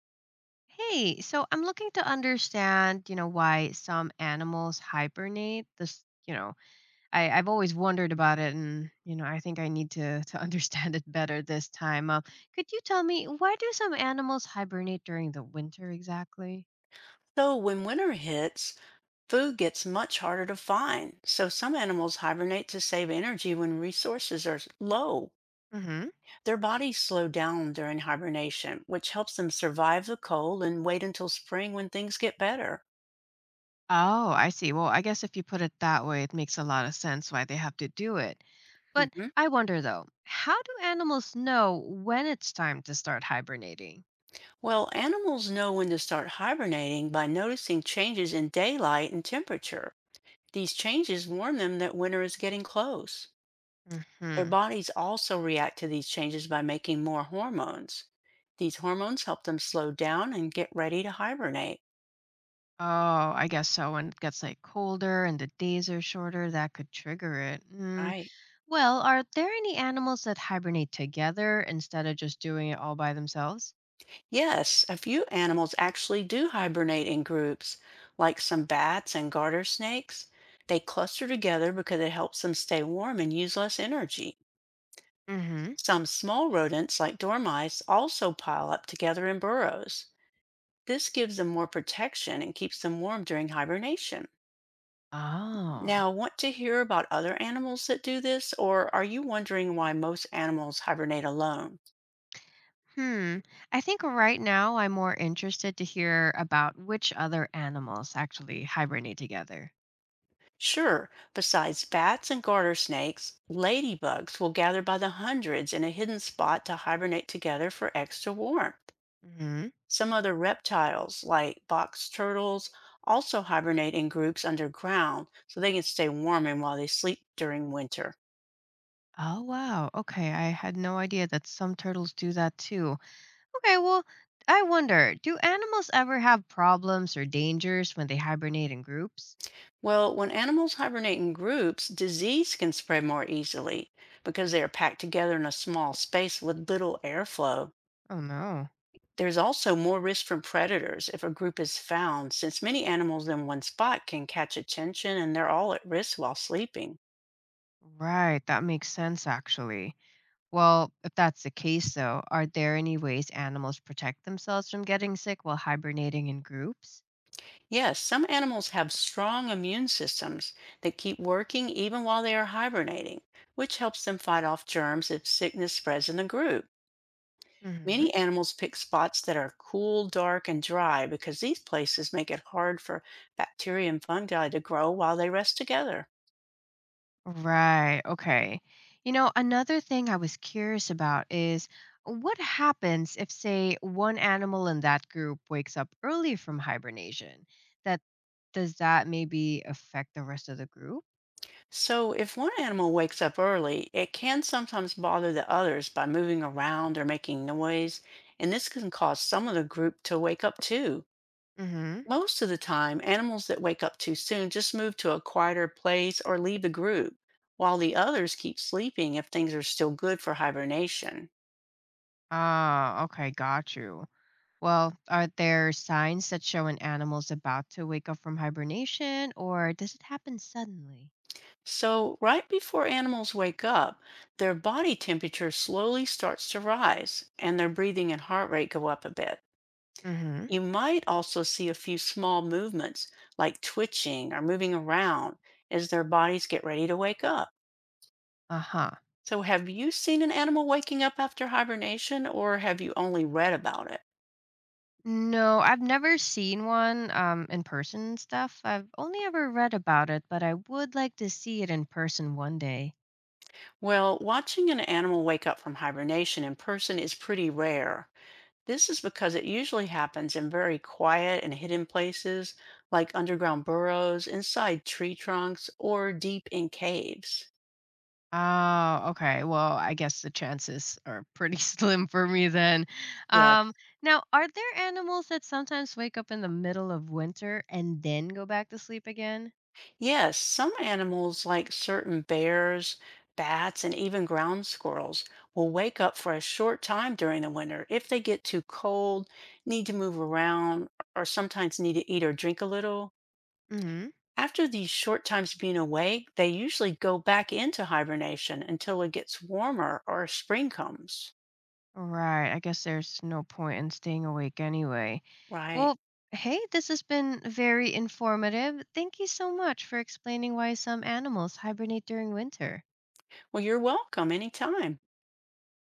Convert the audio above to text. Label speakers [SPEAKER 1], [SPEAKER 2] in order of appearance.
[SPEAKER 1] Hey, So I'm looking to understand, you know, why some animals hibernate. This, you know, I, I've always wondered about it, and I think I need to understand it better this time. Could you tell me why do some animals hibernate during the winter exactly?
[SPEAKER 2] So, when winter hits, food gets much harder to find. So, some animals hibernate to save energy when resources are low.
[SPEAKER 1] Hmm.
[SPEAKER 2] Their bodies slow down during hibernation, which helps them survive the cold and wait until spring when things get better.
[SPEAKER 1] Oh, I see. Well, I guess if you put it that way, it makes a lot of sense why they have to do it. But
[SPEAKER 2] Mhm.
[SPEAKER 1] I wonder though, how do animals know when it's time to start hibernating?
[SPEAKER 2] Well, animals know when to start hibernating by noticing changes in daylight and temperature. These changes warn them that winter is getting close. Their
[SPEAKER 1] Mm-hmm.
[SPEAKER 2] bodies also react to these changes by making more hormones. These hormones help them slow down and get ready to hibernate.
[SPEAKER 1] Oh, I guess so. When it gets like colder and the days are shorter, that could trigger it. Mm.
[SPEAKER 2] Right.
[SPEAKER 1] Well, are there any animals that hibernate together instead of just doing it all by themselves?
[SPEAKER 2] Yes, a few animals actually do hibernate in groups, like some bats and garter snakes. They cluster together because it helps them stay warm and use less energy.
[SPEAKER 1] Mm-hmm.
[SPEAKER 2] Some small rodents, like dormice, also pile up together in burrows. This gives them more protection and keeps them warm during hibernation.
[SPEAKER 1] Oh,
[SPEAKER 2] Now, want to hear about other animals that do this, or are you wondering why most animals hibernate alone?
[SPEAKER 1] hmm. I think right now I'm more interested to hear about which other animals actually hibernate together.
[SPEAKER 2] Sure, besides bats and garter snakes, ladybugs will gather by the hundreds in a hidden spot to hibernate together for extra warmth.
[SPEAKER 1] Mm-hmm.
[SPEAKER 2] Some other reptiles, like box turtles, also hibernate in groups underground so they can stay warm and while they sleep during winter.
[SPEAKER 1] Oh, wow. Okay. I had no idea that some turtles do that too. Okay, well, I wonder, do animals ever have problems or dangers when they hibernate in groups?
[SPEAKER 2] Well, when animals hibernate in groups, disease can spread more easily because they are packed together in a small space with little airflow.
[SPEAKER 1] Oh no.
[SPEAKER 2] There's also more risk from predators if a group is found, since many animals in one spot can catch attention and they're all at risk while sleeping.
[SPEAKER 1] Right, that makes sense actually. Well, if that's the case though, are there any ways animals protect themselves from getting sick while hibernating in groups?
[SPEAKER 2] Yes, some animals have strong immune systems that keep working even while they are hibernating, which helps them fight off germs if sickness spreads in the group.
[SPEAKER 1] Mhm.
[SPEAKER 2] Many animals pick spots that are cool, dark, and dry because these places make it hard for bacteria and fungi to grow while they rest together.
[SPEAKER 1] Right, okay. You know, another thing I was curious about is what happens if say one animal in that group wakes up early from hibernation? That Does that maybe affect the rest of the group?
[SPEAKER 2] So, if one animal wakes up early, it can sometimes bother the others by moving around or making noise, and this can cause some of the group to wake up too.
[SPEAKER 1] Hmm.
[SPEAKER 2] Most of the time, animals that wake up too soon just move to a quieter place or leave the group, while the others keep sleeping if things are still good for hibernation.
[SPEAKER 1] Ah, okay, got you. Well, are there signs that show an animal's about to wake up from hibernation, or does it happen suddenly?
[SPEAKER 2] So, right before animals wake up, their body temperature slowly starts to rise and their breathing and heart rate go up a bit.
[SPEAKER 1] Hmm.
[SPEAKER 2] You might also see a few small movements like twitching or moving around as their bodies get ready to wake up.
[SPEAKER 1] Uh huh.
[SPEAKER 2] So, have you seen an animal waking up after hibernation or have you only read about it?
[SPEAKER 1] No, I've never seen one in person and stuff. I've only ever read about it, but I would like to see it in person one day.
[SPEAKER 2] Well, watching an animal wake up from hibernation in person is pretty rare. This is because it usually happens in very quiet and hidden places like underground burrows, inside tree trunks, or deep in caves.
[SPEAKER 1] Oh, okay. Well, I guess the chances are pretty slim for me then.
[SPEAKER 2] Yes.
[SPEAKER 1] Um, Now, are there animals that sometimes wake up in the middle of winter and then go back to sleep again?
[SPEAKER 2] Yes, some animals like certain bears, bats, and even ground squirrels will wake up for a short time during the winter if they get too cold, need to move around, or sometimes need to eat or drink a little.
[SPEAKER 1] Hmm.
[SPEAKER 2] After these short times being awake, they usually go back into hibernation until it gets warmer or spring comes.
[SPEAKER 1] Right. I guess there's no point in staying awake anyway.
[SPEAKER 2] Right.
[SPEAKER 1] Well, hey, this has been very informative. Thank you so much for explaining why some animals hibernate during winter.
[SPEAKER 2] Well, you're welcome anytime.